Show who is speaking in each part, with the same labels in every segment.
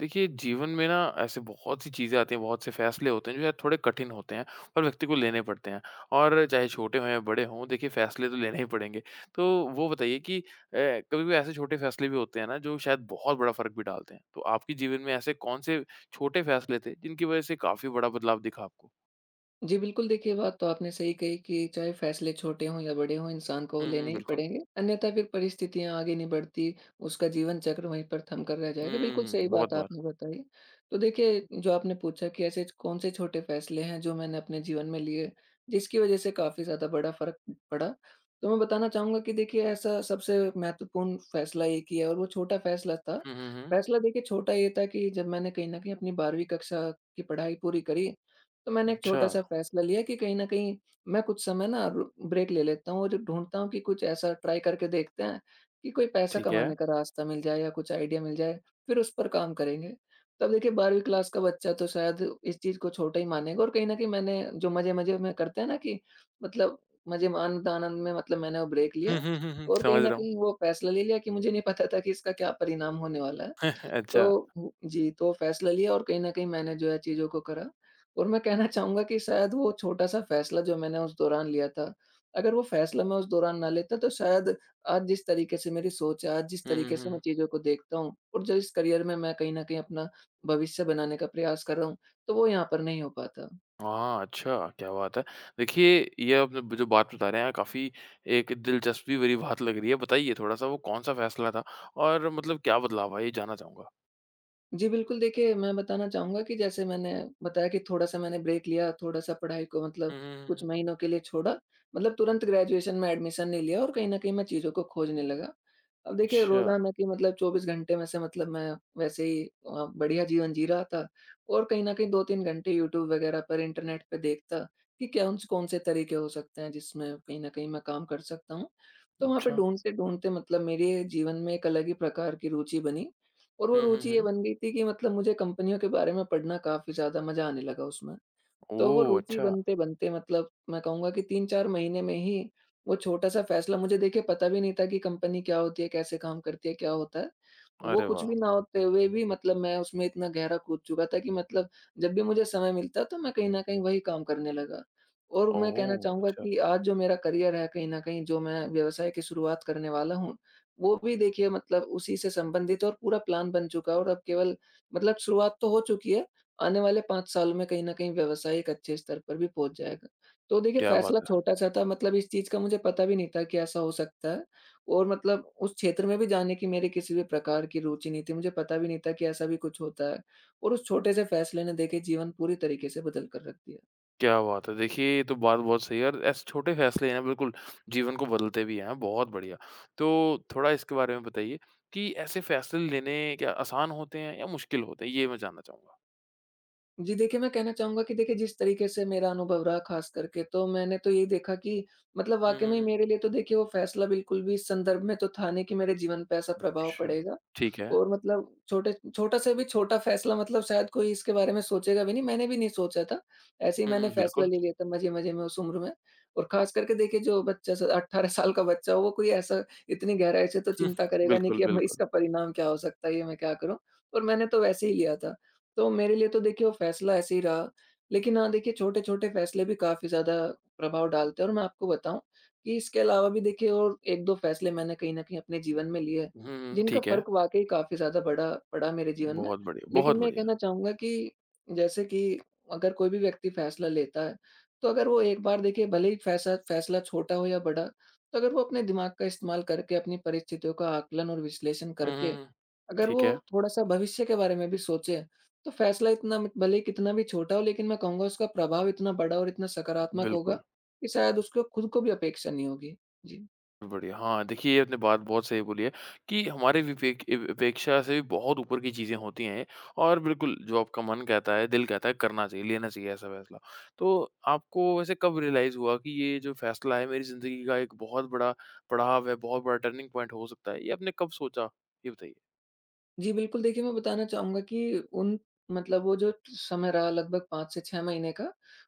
Speaker 1: देखिए, जीवन में ना ऐसे बहुत सी चीज़ें आती हैं, बहुत से फैसले होते हैं जो शायद थोड़े कठिन होते हैं और व्यक्ति को लेने पड़ते हैं और चाहे छोटे हों या बड़े हों, देखिए फैसले तो लेने ही पड़ेंगे। तो वो बताइए कि कभी-कभी ऐसे छोटे फैसले भी होते हैं ना जो शायद बहुत बड़ा फ़र्क भी डालते हैं। तो आपके जीवन में ऐसे कौन से छोटे फैसले थे जिनकी वज़ह से काफ़ी बड़ा बदलाव दिखा आपको?
Speaker 2: जी, बिल्कुल देखिए, बात तो आपने सही कही कि चाहे फ़ैसले छोटे हों या बड़े हों, इंसान को वो
Speaker 1: हुँ, हुँ,
Speaker 2: लेने ही
Speaker 1: बिल्कुल।
Speaker 2: पड़ेंगे, अन्यथा फिर परिस्थितियाँ आगे नहीं बढ़ती, उसका जीवन चक्र वहीं पर थम कर रह जाएगा। बिल्कुल
Speaker 1: हुँ,
Speaker 2: सही
Speaker 1: बहुत
Speaker 2: बात
Speaker 1: बार।
Speaker 2: आपने बताई। तो देखिए, जो आपने पूछा कि ऐसे कौन से छोटे फ़ैसले हैं जो मैंने अपने जीवन में लिए, जिसकी वज़ह से काफ़ी ज़्यादा बड़ा फ़र्क पड़ा। तो मैं बताना चाहूँगा कि देखिए, ऐसा सबसे महत्वपूर्ण फ़ैसला एक ही है और वो छोटा फ़ैसला था।
Speaker 1: हुँ, हुँ, हुँ।
Speaker 2: फ़ैसला देखिए छोटा ये था कि जब मैंने कहीं न कहीं अपनी 12वीं कक्षा की पढ़ाई पूरी करी, तो मैंने एक
Speaker 1: अच्छा,
Speaker 2: छोटा-सा फ़ैसला लिया कि कहीं न कहीं मैं कुछ समय ना रु ब्रेक ले लेता हूँ और ढूँढता हूँ कि कुछ ऐसा ट्राई करके देखते हैं कि कोई पैसा
Speaker 1: ठीक है।
Speaker 2: कमाने का रास्ता मिल जाए या कुछ आइडिया मिल जाए, फिर उस पर काम करेंगे। तब देखिए 12वीं क्लास का बच्चा तो शायद इस चीज़ को छोटा ही मानेगा, और कहीं न कहीं मैंने जो मज़े-मज़े में करते हैं ना कि मतलब मज़े में आनंद-आनंद में मतलब मैंने वो ब्रेक
Speaker 1: हुँ,
Speaker 2: लिया,
Speaker 1: हुँ, हुँ, हुँ,
Speaker 2: और कहीं
Speaker 1: समझ
Speaker 2: न
Speaker 1: रहा हूँ।
Speaker 2: कहीं वो फ़ैसला ले लिया कि मुझे नहीं पता था कि इसका क्या परिणाम होने वाला है। तो
Speaker 1: अच्छा।
Speaker 2: हु जी, तो फ़ैसला लिया और कहीं न कहीं मैंने जो है चीज़ों को करा, और मैं कहना चाहूँगा कि शायद वो छोटा-सा फ़ैसला जो मैंने उस दौरान लिया था, अगर वो फ़ैसला मैं उस दौरान ना लेता, तो शायद आज जिस तरीके से मेरी सोच है, आज जिस
Speaker 1: हुँ, हुँ,
Speaker 2: तरीके
Speaker 1: हुँ,
Speaker 2: से मैं
Speaker 1: हुँ।
Speaker 2: चीज़ों को देखता हूँ और जो इस करियर में मैं कहीं न कहीं अपना भविष्य बनाने का प्रयास कर रहा हूँ, तो वो यहाँ पर नहीं हो पाता।
Speaker 1: हाँ, अच्छा, क्या बात है। देखिए, ये आपने ब जो बात बता रहे हैं, काफ़ी एक दिलचस्पी भरी बात लग रही है। बताइए थोड़ा-सा वो कौन-सा फ़ैसला था और मतलब क्या बदलाव आया, ये जानना चाहूँगा?
Speaker 2: जी, बिल्कुल देखिए, मैं बताना चाहूँगा कि जैसे मैंने बताया कि थोड़ा-सा मैंने ब्रेक लिया, थोड़ा-सा पढ़ाई को मतलब
Speaker 1: हुँ, हुँ, हुँ,
Speaker 2: कुछ
Speaker 1: हुँ।
Speaker 2: महीनों के लिए छोड़ा। मतलब तुरंत ग्रेजुएशन में एडमिशन नहीं लिया और कहीं न कहीं मैं चीज़ों को खोजने लगा। अब देखिए
Speaker 1: अच्छा,
Speaker 2: रोज़ाना की मतलब 24 घंटे में से मतलब मैं वैसे ही बढ़िया जीवन जी रहा था, और कहीं न कहीं 2-3 घंटे यूट्यूब वगैरह पर इंटरनेट पे देखता कि कौन-से कौन-से तरीके हो सकते हैं जिसमें कहीं न कहीं मैं काम कर सकता हूँ। तो वहाँ पे
Speaker 1: अच्छा।
Speaker 2: ढूँढते-ढूँढते मतलब मेरे जीवन में एक अलग ही प्रकार की रुचि बनी, और वो
Speaker 1: हुँ, हुँ,
Speaker 2: रुचि ये
Speaker 1: हुँ।
Speaker 2: बन गई थी कि मतलब मुझे कंपनियों के बारे में पढ़ना काफ़ी ज़्यादा मज़ा आने लगा उसमें। तो वो
Speaker 1: ओह!
Speaker 2: रुचि
Speaker 1: अच्छा।
Speaker 2: बनते-बनते मतलब मैं कहूँगा कि 3-4 महीने में ही वो छोटा-सा फैसला, मुझे देखिए पता भी नहीं था कि कंपनी क्या होती है, कैसे काम करती है, क्या होता है। वो
Speaker 1: अरे
Speaker 2: कुछ
Speaker 1: वाह!
Speaker 2: भी ना होते हुए भी मतलब मैं उसमें इतना गहरा कूद चुका था कि मतलब जब भी मुझे समय मिलता तो मैं कहीं न कहीं वही काम करने लगा। और मैं कहना
Speaker 1: ओह!
Speaker 2: चाहूँगा
Speaker 1: अच्छा,
Speaker 2: कि आज जो मेरा करियर है कहीं न कहीं जो मैं व्यवसाय की शुरुआत करने वाला हूँ, वो भी देखिए मतलब उसी से संबंधित, और पूरा प्लान बन चुका है और अब केवल मतलब शुरुआत तो हो चुकी है। आने वाले 5 साल में कहीं न कहीं व्यवसाय एक अच्छे स्तर पर भी पहुँच जाएगा। तो देखिए
Speaker 1: क्या बात
Speaker 2: फ़ैसला
Speaker 1: है,
Speaker 2: छोटा-सा था, मतलब इस चीज़ का मुझे पता भी नहीं था कि ऐसा हो सकता है, और मतलब उस क्षेत्र में भी जाने की मेरी किसी भी प्रकार की रुचि नहीं थी। मुझे पता भी नहीं था कि ऐसा भी कुछ होता है, और उस छोटे-से फ़ैसले ने देखिए जीवन पूरी तरीके से बदल कर रख दिया।
Speaker 1: क्या बात है। देखिए, ये तो बात बहुत सही है और ऐसे छोटे फ़ैसले हैं बिल्कुल, जीवन को बदलते भी हैं, बहुत बढ़िया। तो थोड़ा इसके बारे में बताइए कि ऐसे फ़ैसले लेने क्या आसान होते हैं या मुश्किल होते हैं? ये मैं जानना चाहूँगा।
Speaker 2: जी देखिए, मैं कहना चाहूँगा कि देखिए जिस तरीके से मेरा अनुभव रहा ख़ास करके, तो मैंने तो ये देखा कि मतलब
Speaker 1: हुँ,
Speaker 2: वाक़ई
Speaker 1: हुँ,
Speaker 2: में
Speaker 1: हुँ।
Speaker 2: मेरे लिए तो देखिए वो फ़ैसला बिल्कुल भी इस संदर्भ में तो था नहीं कि मेरे जीवन पे ऐसा प्रभाव
Speaker 1: अच्छा,
Speaker 2: पड़ेगा।
Speaker 1: ठीक है।
Speaker 2: और मतलब छोटे छोटा से भी छोटा फैसला मतलब शायद कोई इसके बारे में सोचेगा भी नहीं, मैंने भी नहीं सोचा था। ऐसे ही
Speaker 1: हुँ,
Speaker 2: मैंने
Speaker 1: हुँ,
Speaker 2: फैसला
Speaker 1: बिल्कुल।
Speaker 2: ले लिया था मज़े-मज़े में उस उम्र में, और ख़ास करके देखिए जो बच्चा स 18 साल का बच्चा हो, वो कोई ऐसा इतनी गहराई से तो
Speaker 1: हुँ,
Speaker 2: चिंता करेगा नहीं
Speaker 1: बिल्कुल,
Speaker 2: कि अब मैं
Speaker 1: बिल्कुल।
Speaker 2: इसका परिणाम क्या हो सकता है, ये मैं क्या करूँ? और मैंने तो वैसे ही लिया था। तो मेरे लिए तो देखिए वो फैसला ऐसे ही रहा। लेकिन हाँ, देखिए छोटे-छोटे फैसले भी काफ़ी ज़्यादा प्रभाव डालते हैं, और मैं आपको बताऊँ कि इसके अलावा भी देखिए और 1-2 फैसले मैंने कहीं न कहीं अपने जीवन में लिए,
Speaker 1: हुँ, हुँ,
Speaker 2: जिनका
Speaker 1: ठीक है।
Speaker 2: फ़र्क वाक़ई काफ़ी ज़्यादा पड़ा पड़ा मेरे जीवन में।
Speaker 1: बहुत बढ़िया, बहुत
Speaker 2: लेकिन मैं ये
Speaker 1: बढ़िया।
Speaker 2: कहना चाहूँगा कि, जैसे कि, अगर कोई भी व्यक्ति फ़ैसला लेता है, तो अगर वो एक बार देखिए भले ही फ़ैसा फ़ैसला छोटा हो या बड़ा, तो अगर वो अपने दिमाग का इस्तेमाल करके अपनी परिस्थितियों का आकलन और विश्लेषण
Speaker 1: हुँ,
Speaker 2: करके,
Speaker 1: हुँ, हुँ,
Speaker 2: अगर
Speaker 1: ठीक
Speaker 2: वो
Speaker 1: है,
Speaker 2: थोड़ा-सा भविष्य के बारे में भी सोचे, तो फ़ैसला इतना म भले ही कितना भी छोटा हो, लेकिन मैं कहूँगा उसका प्रभाव इतना बड़ा और इतना सकारात्मक होगा,
Speaker 1: बिल्कुल,
Speaker 2: कि शायद उसको खुद को भी अपेक्षा नहीं होगी। जी।
Speaker 1: बढ़िया। हाँ, देखिए ये आपने बात बहुत सही बोली है कि हमारे विपेक ए अपेक्षा से भी बहुत ऊपर की चीज़ें होती हैं और बिल्कुल जो आपका मन कहता है, दिल कहता है करना चाहिए, लेना चाहिए ऐसा फैसला। तो आपको वैसे कब रियलाइज़ हुआ कि ये जो फैसला है मेरी ज़िंदगी का एक बहुत बड़ा पड़ाव है, बहुत बड़ा टर्निंग पॉइंट हो सकता है? ये आपने कब सोचा? ये बताइए।
Speaker 2: जी, बिल्कुल देखिए, मैं बताना चाहूँगा कि उन मतलब वो जो समय रहा लगभग 5 से 6 महीने का,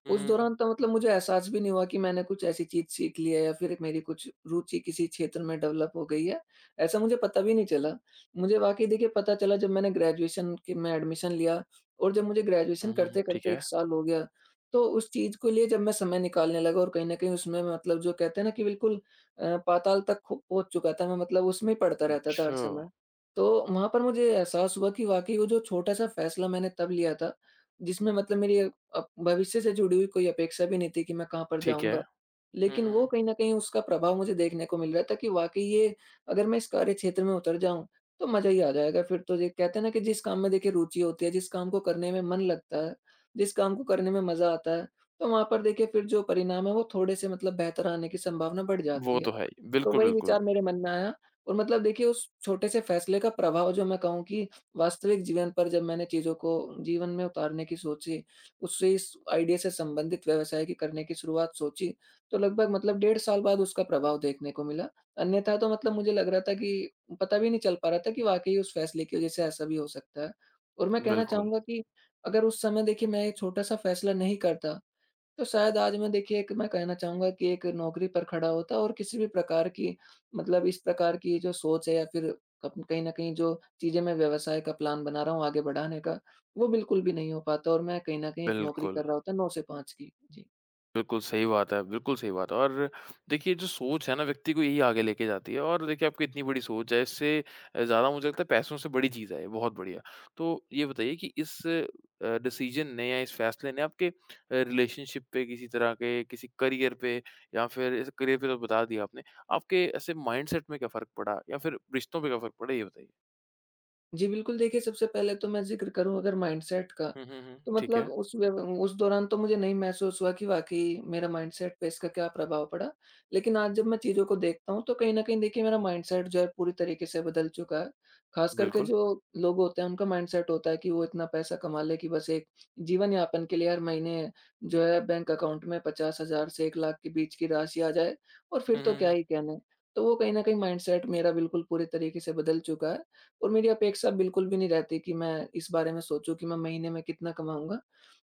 Speaker 1: हुँ,
Speaker 2: उस
Speaker 1: हुँ, हुँ।
Speaker 2: दौरान तो मतलब मुझे एहसास भी नहीं हुआ कि मैंने कुछ ऐसी चीज़ सीख ली है या फिर मेरी कुछ रुचि किसी क्षेत्र में डेवलप हो गई है, ऐसा मुझे पता भी नहीं चला। मुझे वाक़ई देखिए पता चला जब मैंने ग्रेजुएशन की में एडमिशन लिया, और जब मुझे
Speaker 1: हुँ,
Speaker 2: ग्रेजुएशन
Speaker 1: हुँ, हुँ, ठीक
Speaker 2: करते-करते
Speaker 1: है।
Speaker 2: 1 साल हो गया, तो उस चीज़ के लिए जब मैं समय निकालने लगा और कहीं न कहीं उसमें मतलब जो कहते हैं ना कि बिल्कुल पाताल तक खो पहुँच चुका था मैं, मतलब उसमें ही पड़ता रहता था हर
Speaker 1: अच्छा,
Speaker 2: समय। तो वहाँ पर मुझे एहसास हुआ कि वाक़ई वो जो छोटा-सा फ़ैसला मैंने तब लिया था, जिसमें मतलब मेरी भविष्य से जुड़ी हुई कोई अपेक्षा भी नहीं थी कि मैं कहाँ पर
Speaker 1: ठीक है।
Speaker 2: जाऊँगा।
Speaker 1: हुँ,
Speaker 2: लेकिन
Speaker 1: हुँ,
Speaker 2: वो
Speaker 1: हुँ।
Speaker 2: कहीं न कहीं उसका प्रभाव मुझे देखने को मिल रहा था कि वाक़ई ये अगर मैं इस कार्यक्षेत्र में उतर जाऊँ, तो मज़ा ही आ जाएगा फिर तो। ये कहते हैं ना कि जिस काम में देखिए रुचि होती है, जिस काम को करने में मन लगता है, जिस काम को करने में मज़ा आता है, तो वहाँ पर देखिए फिर जो परिणाम है वो थोड़े से मतलब बेहतर आने की संभावना बढ़
Speaker 1: वो
Speaker 2: जाती है।
Speaker 1: तो है ही।
Speaker 2: तो
Speaker 1: बिल्कुल,
Speaker 2: वही
Speaker 1: बिल्कुल,
Speaker 2: विचार मेरे मन में आया, और मतलब देखिए उस छोटे से फैसले का प्रभाव जो मैं कहूँ कि वास्तविक जीवन पर जब मैंने चीज़ों को जीवन में उतारने की सोची, उससे इस आइडिया से संबंधित व्यवसाय की करने की शुरुआत सोची, तो लगभग मतलब डेढ़ साल बाद उसका प्रभाव देखने को मिला। अन्यथा तो मतलब मुझे लग रहा था कि पता भी नहीं चल पा रहा था कि वाक़ई उस फैसले की वज़ह से ऐसा भी हो सकता है। और मैं कहना
Speaker 1: बिल्कुल,
Speaker 2: चाहूँगा कि अगर उस समय देखिए मैं ये छोटा-सा फैसला नहीं करता, तो शायद आज मैं देखिए एक मैं कहना चाहूँगा कि एक नौकरी पर खड़ा होता, और किसी भी प्रकार की मतलब इस प्रकार की जो सोच है या फिर कप कहीं न कहीं जो चीज़ें मैं व्यवसाय का प्लान बना रहा हूँ आगे बढ़ाने का, वो बिल्कुल भी नहीं हो पाता, और मैं कहीं न कहीं एक नौकरी
Speaker 1: बिल्कुल।
Speaker 2: कर रहा होता 9 से 5 की। जी।
Speaker 1: बिल्कुल सही बात है, बिल्कुल सही बात है और देखिए जो सोच है ना व्यक्ति को यही आगे लेके जाती है और देखिए आपकी इतनी बड़ी सोच है इससे ज़्यादा मुझे लगता है पैसों से बड़ी चीज़ है ये, बहुत बढ़िया। तो ये बताइए कि इस डिसीज़न ने या इस फैसले ने आपके रिलेशनशिप पे किसी तरह के किसी करियर पे या फिर इस करियर पे तो बता दिया आपने, आपके ऐसे माइंडसेट में क्या फ़र्क पड़ा या फिर रिश्तों पे क्या फ़र्क पड़ा ये बताइए?
Speaker 2: जी, बिल्कुल देखिए, सबसे पहले तो मैं ज़िक्र करूँ अगर माइंडसेट का,
Speaker 1: हुँ, हुँ, हुँ।
Speaker 2: तो
Speaker 1: ठीक
Speaker 2: मतलब
Speaker 1: है,
Speaker 2: उस दौरान तो मुझे नहीं महसूस हुआ कि वाक़ई मेरा माइंडसेट पे इसका क्या प्रभाव पड़ा। लेकिन आज जब मैं चीज़ों को देखता हूँ तो कहीं न कहीं देखिए मेरा माइंडसेट जो है पूरी तरीके से बदल चुका है। ख़ास करके
Speaker 1: बिल्कुल।
Speaker 2: जो लोग होते हैं उनका माइंडसेट होता है कि वो इतना पैसा कमा ले कि बस एक जीवन यापन के लिए हर महीने जो है बैंक अकाउंट में 50,000 से 1 लाख के बीच की राशि आ जाए, और फिर
Speaker 1: हुँ,
Speaker 2: तो
Speaker 1: हुँ,
Speaker 2: क्या
Speaker 1: हुँ।
Speaker 2: ही कहना है। तो वो कहीं न कहीं माइंडसेट मेरा बिल्कुल पूरे तरीके से बदल चुका है, और मेरी अपेक्षा बिल्कुल भी नहीं रहती कि मैं इस बारे में सोचूँ कि मैं महीने में कितना कमाऊँगा,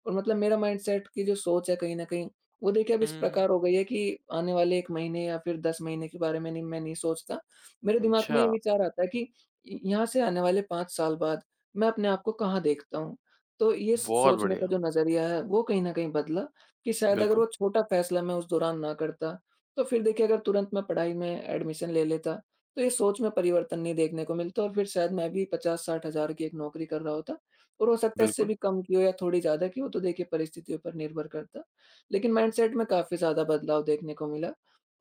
Speaker 2: और मतलब मेरा माइंडसेट की जो सोच है कहीं न कहीं, वो देखिए अब
Speaker 1: हुँ,
Speaker 2: इस
Speaker 1: हुँ, हुँ।
Speaker 2: प्रकार हो गई है कि आने वाले 1 महीने या फिर 10 महीने के बारे में नहीं, मैं नहीं सोचता। मेरे दिमाग में
Speaker 1: अच्छा,
Speaker 2: ये विचार आता है कि य यहाँ से आने वाले 5 साल बाद मैं अपने आप को कहाँ देखता हूँ? तो ये स
Speaker 1: बहुत
Speaker 2: सोचने का
Speaker 1: बढ़िया।
Speaker 2: जो नज़रिया है वो कहीं न कहीं बदला कि शायद अगर
Speaker 1: बिल्कुल,
Speaker 2: वो छोटा फैसला मैं उस दौरान ना करता, तो फिर देखिए अगर तुरंत मैं पढ़ाई में एडमिशन ले लेता तो ये सोच में परिवर्तन नहीं देखने को मिलता और फिर शायद मैं भी 50-60 हज़ार की एक नौकरी कर रहा होता और हो सकता है इससे
Speaker 1: बिल्कुल,
Speaker 2: भी कम की हो या थोड़ी ज़्यादा की हो, तो देखिए परिस्थितियों पर निर्भर करता। लेकिन माइंडसेट में काफ़ी ज़्यादा बदलाव देखने को मिला।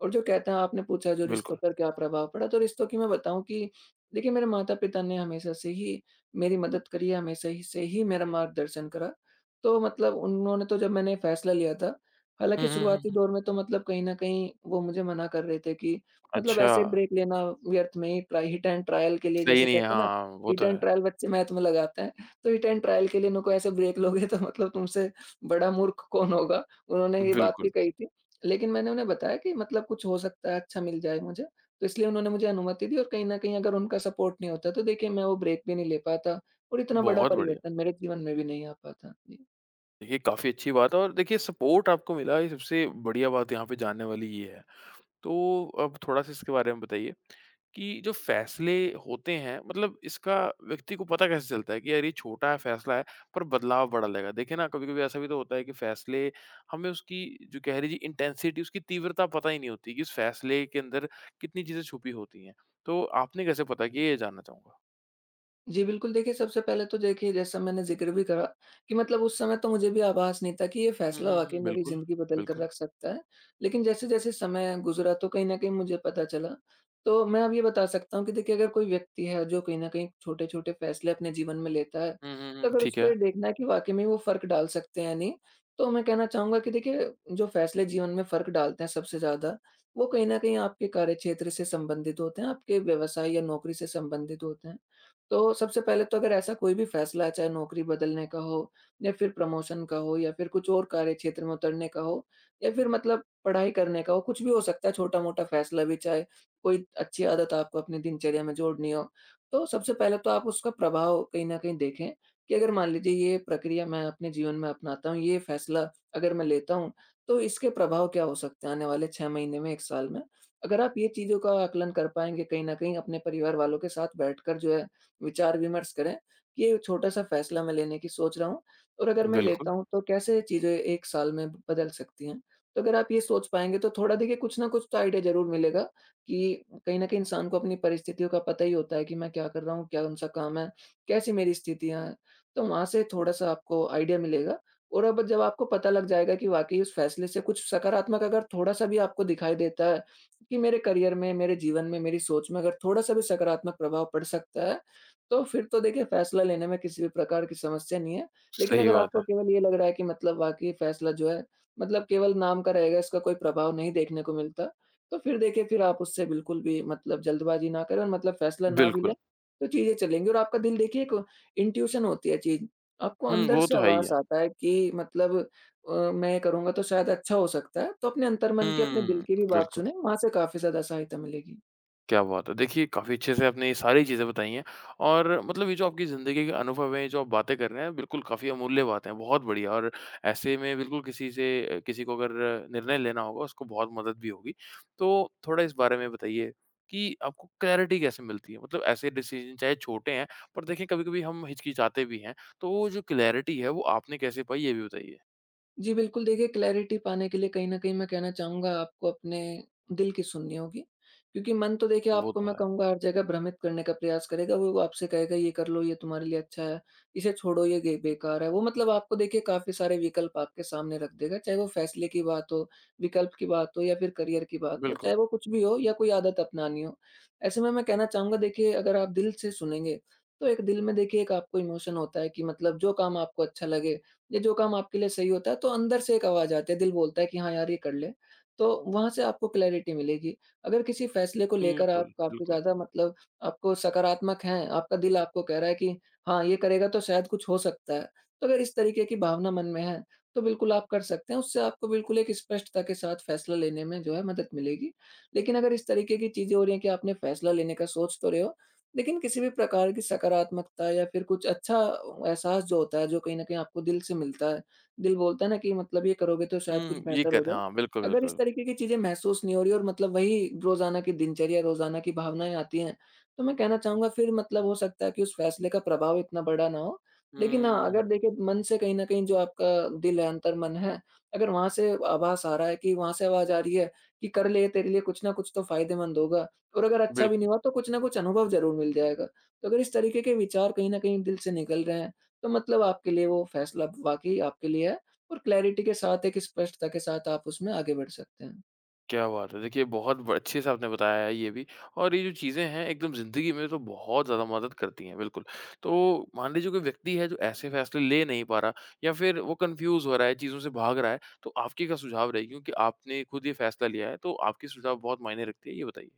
Speaker 2: और जो कहते हैं आपने पूछा जो रिश्तों
Speaker 1: बिल्कुल।
Speaker 2: पर क्या प्रभाव पड़ा, तो रिश्तों की मैं बताऊँ कि देखिए मेरे माता-पिता ने हमेशा से ही मेरी मदद करी है, हमेशा ही से ही मेरा मार्गदर्शन करा। तो मतलब उन्होंने तो जब मैंने फैसला लिया था,
Speaker 1: हुँ,
Speaker 2: हालाँकि
Speaker 1: हुँ, हुँ,
Speaker 2: शुरुआती
Speaker 1: हुँ।
Speaker 2: दौर में तो मतलब कहीं न कहीं वो मुझे मना कर रहे थे कि मतलब
Speaker 1: अच्छा,
Speaker 2: ऐसे ब्रेक लेना व्यर्थ में ही ट्राई हिट एंड ट्रायल के लिए,
Speaker 1: सही
Speaker 2: जैसे
Speaker 1: नहीं है,
Speaker 2: कहते हैं ना,
Speaker 1: हाँ, वो
Speaker 2: हिट
Speaker 1: तो
Speaker 2: एंड
Speaker 1: है।
Speaker 2: ट्रायल बच्चे मैथ में लगाते हैं, तो हिट एंड ट्रायल के लिए इनको ऐसे ब्रेक लोगे तो मतलब तुमसे बड़ा मूर्ख कौन होगा? उन्होंने ये बात
Speaker 1: बिल्कुल,
Speaker 2: भी कही थी। लेकिन मैंने उन्हें बताया कि मतलब कुछ हो सकता है अच्छा मिल जाए मुझे, तो इसलिए उन्होंने मुझे अनुमति दी और कहीं न कहीं अगर उनका सपोर्ट नहीं होता तो देखिए मैं वो ब्रेक भी नहीं ले पाता और इतना बड़ा
Speaker 1: बहुत बढ़िया।
Speaker 2: परिवर्तन मेरे जीवन में भी नहीं आ पाता। जी।
Speaker 1: देखिए, काफ़ी अच्छी बात है और देखिए सपोर्ट आपको मिला, ये सबसे बढ़िया बात यहाँ पे जानने वाली ये है। तो अब थोड़ा-सा इसके बारे में बताइए कि जो फ़ैसले होते हैं मतलब इसका व्यक्ति को पता कैसे चलता है कि यार ये छोटा फ़ैसला है पर बदलाव बड़ा लगेगा? देखिए ना कभी-कभी ऐसा भी तो होता है कि फ़ैसले हमें उसकी जो कह लीजिए इंटेंसिटी उसकी तीव्रता पता ही नहीं होती कि इस फ़ैसले के अंदर कितनी चीज़ें छुपी होती हैं। तो आपने कैसे पता किया ये जानना चाहूँगा?
Speaker 2: जी, बिल्कुल। देखिए, सबसे पहले तो देखिए जैसा मैंने ज़िक्र भी करा कि मतलब उस समय तो मुझे भी आभास नहीं था कि ये
Speaker 1: हुँ,
Speaker 2: फ़ैसला
Speaker 1: हुँ,
Speaker 2: वाक़ई
Speaker 1: हुँ,
Speaker 2: मेरी
Speaker 1: बिल्कुल,
Speaker 2: ज़िंदगी बदल कर
Speaker 1: बिल्कुल।
Speaker 2: रख सकता है। लेकिन जैसे-जैसे समय गुज़रा तो कहीं न कहीं मुझे पता चला। तो मैं अब ये बता सकता हूँ कि देखिए अगर कोई व्यक्ति है जो कहीं न कहीं छोटे-छोटे फ़ैसले अपने जीवन में लेता है,
Speaker 1: हुँ, हुँ,
Speaker 2: तो
Speaker 1: हुँ,
Speaker 2: अगर
Speaker 1: ठीक
Speaker 2: उसको
Speaker 1: है।
Speaker 2: ये देखना है कि वाक़ई में वो फ़र्क डाल सकते हैं या नहीं, तो मैं कहना चाहूँगा कि देखिए जो फ़ैसले जीवन में फ़र्क डालते हैं सबसे ज़्यादा, वो कहीं न कहीं आपके कार्यक्षेत्र से संबंधित होते हैं, आपके व्यवसाय या नौकरी से संबंधित होते हैं। तो सबसे पहले तो अगर ऐसा कोई भी फैसला है, चाहे नौकरी बदलने का हो या फिर प्रमोशन का हो या फिर कुछ और कार्य क्षेत्र में उतरने का हो या फिर मतलब पढ़ाई करने का हो, कुछ भी हो सकता है, छोटा-मोटा फैसला भी, चाहे कोई अच्छी आदत आपको अपनी दिनचर्या में जोड़नी हो। तो सबसे पहले तो आप उसका प्रभाव कहीं न कहीं देखें कि अगर मान लीजिए ये प्रक्रिया मैं अपने जीवन में अपनाता हूँ, ये फैसला अगर मैं लेता हूँ, तो इसके प्रभाव क्या हो सकते हैं आने वाले 6 महीने में, 1 साल में? अगर आप ये चीज़ों का आकलन कर पाएँगे कहीं न कहीं अपने परिवार वालों के साथ बैठकर जो है विचार-विमर्श करें कि ये छोटा-सा फ़ैसला मैं लेने की सोच रहा हूँ और अगर मैं
Speaker 1: बिल्कुल,
Speaker 2: लेता हूँ तो कैसे चीज़ें 1 साल में बदल सकती हैं। तो अगर आप ये सोच पाएँगे तो थोड़ा देखिए कुछ न कुछ तो आइडिया ज़रूर मिलेगा कि कहीं न कहीं इंसान को अपनी परिस्थितियों का पता ही होता है कि मैं क्या कर रहा हूँ, कौन-सा काम है, कैसी मेरी स्थितियाँ हैं। तो वहाँ से थोड़ा-सा आपको आइडिया मिलेगा और अब जब आपको पता लग जाएगा कि वाक़ई उस फ़ैसले से कुछ सकारात्मक अगर थोड़ा-सा भी आपको दिखाई देता है कि मेरे करियर में, मेरे जीवन में, मेरी सोच में अगर थोड़ा-सा भी सकारात्मक प्रभाव पड़ सकता है, तो फिर तो देखिए फ़ैसला लेने में किसी भी प्रकार की समस्या नहीं है। लेकिन
Speaker 1: सही
Speaker 2: अगर
Speaker 1: बात है।
Speaker 2: आपको केवल ये लग रहा है कि मतलब वाक़ई फ़ैसला जो है मतलब केवल नाम का रहेगा, इसका कोई प्रभाव नहीं देखने को मिलता, तो फिर देखिए फिर आप उससे बिल्कुल भी मतलब जल्दबाज़ी ना करें और मतलब फ़ैसला ना भी लें,
Speaker 1: बिल्कुल।
Speaker 2: तो चीज़ें चलेंगी। और आपका दिल, देखिए एक इंट्यूशन होती है चीज़, आपको
Speaker 1: हुँ,
Speaker 2: अंदर
Speaker 1: वो
Speaker 2: से
Speaker 1: तो है ही है।
Speaker 2: आवाज़ आता है कि मतलब मैं ये करूँगा तो शायद अच्छा हो सकता है, तो अपने अंतर्मन की, अपने दिल
Speaker 1: हुँ,
Speaker 2: की भी बात
Speaker 1: बिल्कुल।
Speaker 2: सुनें, वहाँ से काफ़ी ज़्यादा सहायता मिलेगी।
Speaker 1: क्या बात है! देखिए, काफ़ी अच्छे से आपने ये सारी चीज़ें बताई हैं और मतलब ये जो आपकी ज़िंदगी के अनुभव हैं, ये जो आप बातें कर रहे हैं, बिल्कुल काफ़ी अमूल्य बातें हैं, बहुत बढ़िया और ऐसे में बिल्कुल किसी से किसी को अगर निर्णय लेना होगा, उसको बहुत मदद भी होगी। तो थोड़ा इस बारे में बताइए कि आपको क्लैरिटी कैसे मिलती है? मतलब ऐसे डिसीज़न चाहे छोटे हैं, पर देखिए कभी-कभी हम हिचकिचाते भी हैं, तो वो जो क्लैरिटी है, वो आपने कैसे पाई, ये भी बताइए?
Speaker 2: जी, बिल्कुल। देखिए, क्लैरिटी पाने के लिए कहीं न कहीं मैं कहना चाहूँगा आपको अपने दिल की सुननी होगी। क्योंकि मन तो देखिए
Speaker 1: वो
Speaker 2: आपको
Speaker 1: तो
Speaker 2: मैं
Speaker 1: है।
Speaker 2: कहूँगा हर जगह भ्रमित करने का प्रयास करेगा, वो आपसे कहेगा ये कर लो, ये तुम्हारे लिए अच्छा है, इसे छोड़ो ये गे बेकार है। वो मतलब आपको देखिए काफ़ी सारे विकल्प आपके सामने रख देगा, चाहे वो फैसले की बात हो, विकल्प की बात हो या फिर करियर की बात हो,
Speaker 1: बिल्कुल,
Speaker 2: चाहे वो कुछ भी हो या कोई आदत अपनानी हो। ऐसे में मैं कहना चाहूँगा देखिए अगर आप दिल से सुनेंगे, तो एक दिल में देखिए एक आपको इमोशन होता है कि मतलब जो काम आपको अच्छा लगे, ये जो काम आपके लिए सही होता है, तो अंदर से एक आवाज़ आती है, दिल बोलता है कि हाँ यार, ये कर ले। तो वहाँ से आपको क्लैरिटी मिलेगी। अगर किसी फैसले को लेकर आप
Speaker 1: बिल्कुल,
Speaker 2: काफ़ी
Speaker 1: बिल्कुल।
Speaker 2: ज़्यादा मतलब आपको सकारात्मक हैं, आपका दिल आपको कह रहा है कि हाँ, ये करेगा तो शायद कुछ हो सकता है। तो अगर इस तरीके की भावना मन में है, तो बिल्कुल आप कर सकते हैं। उससे आपको बिल्कुल एक स्पष्टता के साथ फैसला लेने में जो है मदद मिलेगी। लेकिन अगर इस तरीके की चीज़ें हो रही हैं कि आपने फैसला लेने का सोच तो रहे हो, लेकिन किसी भी प्रकार की सकारात्मकता या फिर कुछ अच्छा एहसास जो होता है, जो कहीं न कहीं आपको दिल से मिलता है, दिल बोलता है ना कि मतलब ये करोगे तो शायद कुछ
Speaker 1: हुँ, ये
Speaker 2: बेहतर हो
Speaker 1: कहते हैं
Speaker 2: जाए।
Speaker 1: हाँ, बिल्कुल,
Speaker 2: अगर इस
Speaker 1: बिल्कुल।
Speaker 2: तरीके की चीज़ें महसूस नहीं हो रही और मतलब वही रोज़ाना की दिनचर्या, रोज़ाना की भावनाएँ आती हैं, तो मैं कहना चाहूँगा फिर मतलब हो सकता है कि उस फ़ैसले का प्रभाव इतना बड़ा ना हो। लेकिन हाँ,
Speaker 1: हुँ,
Speaker 2: अगर देखिए मन से कहीं न कहीं जो आपका दिल है, अंतर्मन है, अगर वहाँ से आभास आ रहा है, कि वहाँ से आवाज़ आ रही है कि कर ले, तेरे लिए कुछ ना कुछ तो फ़ायदेमंद होगा। और अगर अच्छा भी
Speaker 1: बिल्कुल।
Speaker 2: नहीं हुआ तो कुछ ना कुछ अनुभव ज़रूर मिल जाएगा। तो अगर इस तरीके के विचार कहीं न कहीं दिल से निकल रहे हैं, तो मतलब आपके लिए वो फ़ैसला वाक़ई आपके लिए है और क्लैरिटी के साथ, एक स्पष्टता के साथ आप उसमें आगे बढ़ सकते हैं।
Speaker 1: क्या बात है! देखिए बहुत ब अच्छे से आपने बताया है ये भी और ये जो चीज़ें हैं एकदम ज़िंदगी में तो बहुत ज़्यादा मदद करती हैं, बिल्कुल। तो मान लीजिए कोई व्यक्ति है जो ऐसे फैसले ले नहीं पा रहा या फिर वो कन्फ्यूज़ हो रहा है, चीज़ों से भाग रहा है, तो आपकी क्या सुझाव रहेगी? क्योंकि आपने खुद ये फैसला लिया है, तो आपके सुझाव बहुत मायने रखते हैं, ये बताइए?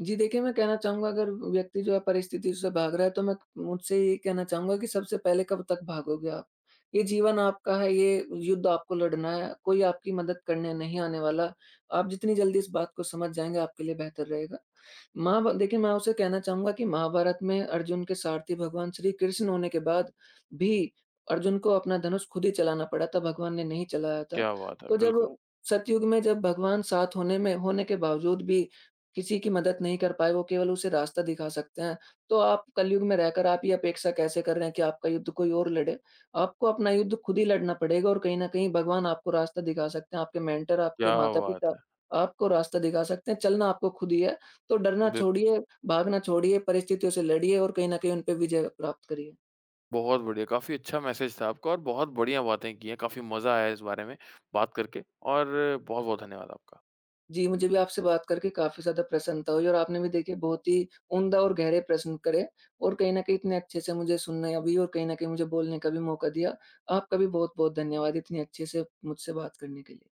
Speaker 2: जी, देखिए, मैं कहना चाहूँगा अगर व्यक्ति जो है परिस्थिति से भाग रहा है तो मैं मुझसे ये कहना चाहूँगा कि सबसे पहले कब तक भागोगे आप? ये जीवन आपका है, ये युद्ध आपको लड़ना है, कोई आपकी मदद करने नहीं आने वाला। आप जितनी जल्दी इस बात को समझ जाएँगे आपके लिए बेहतर रहेगा। महाभ देखिए मैं उसे कहना चाहूँगा कि महाभारत में अर्जुन के सारथी भगवान श्री कृष्ण होने के बाद भी अर्जुन को अपना धनुष खुद ही चलाना पड़ा था, भगवान ने नहीं चलाया था।
Speaker 1: क्या बात है!
Speaker 2: तो
Speaker 1: बिल्कुल,
Speaker 2: जब सतयुग में जब भगवान साथ होने के बावजूद भी किसी की मदद नहीं कर पाए, वो केवल उसे रास्ता दिखा सकते हैं। तो आप कलयुग में रहकर आप ये अपेक्षा कैसे कर रहे हैं कि आपका युद्ध कोई और लड़े? आपको अपना युद्ध खुद ही लड़ना पड़ेगा और कहीं न कहीं भगवान आपको रास्ता दिखा सकते हैं, आपके मेंटर,
Speaker 1: क्या
Speaker 2: आपके
Speaker 1: बात
Speaker 2: माता-पिता
Speaker 1: है!
Speaker 2: आपको रास्ता दिखा सकते हैं, चलना आपको खुद ही है। तो डरना
Speaker 1: बिल्कुल,
Speaker 2: छोड़िए, भागना छोड़िए, परिस्थितियों से लड़िए और कहीं न कहीं उन पे विजय प्राप्त करिए।
Speaker 1: बहुत बढ़िया, काफ़ी अच्छा मैसेज था आपका और बहुत बढ़िया बातें की हैं, काफ़ी मज़ा आया इस बारे में बात करके और बहुत-बहुत धन्यवाद आपका।
Speaker 2: जी, मुझे भी आपसे बात करके काफ़ी ज़्यादा प्रसन्नता हुई और आपने भी देखिए बहुत ही उम्दा और गहरे प्रश्न करे और कहीं न कहीं इतने अच्छे से मुझे सुनना भी और कहीं न कहीं मुझे बोलने का भी मौका दिया। आपका भी बहुत-बहुत धन्यवाद इतनी अच्छे से मुझसे बात करने के लिए।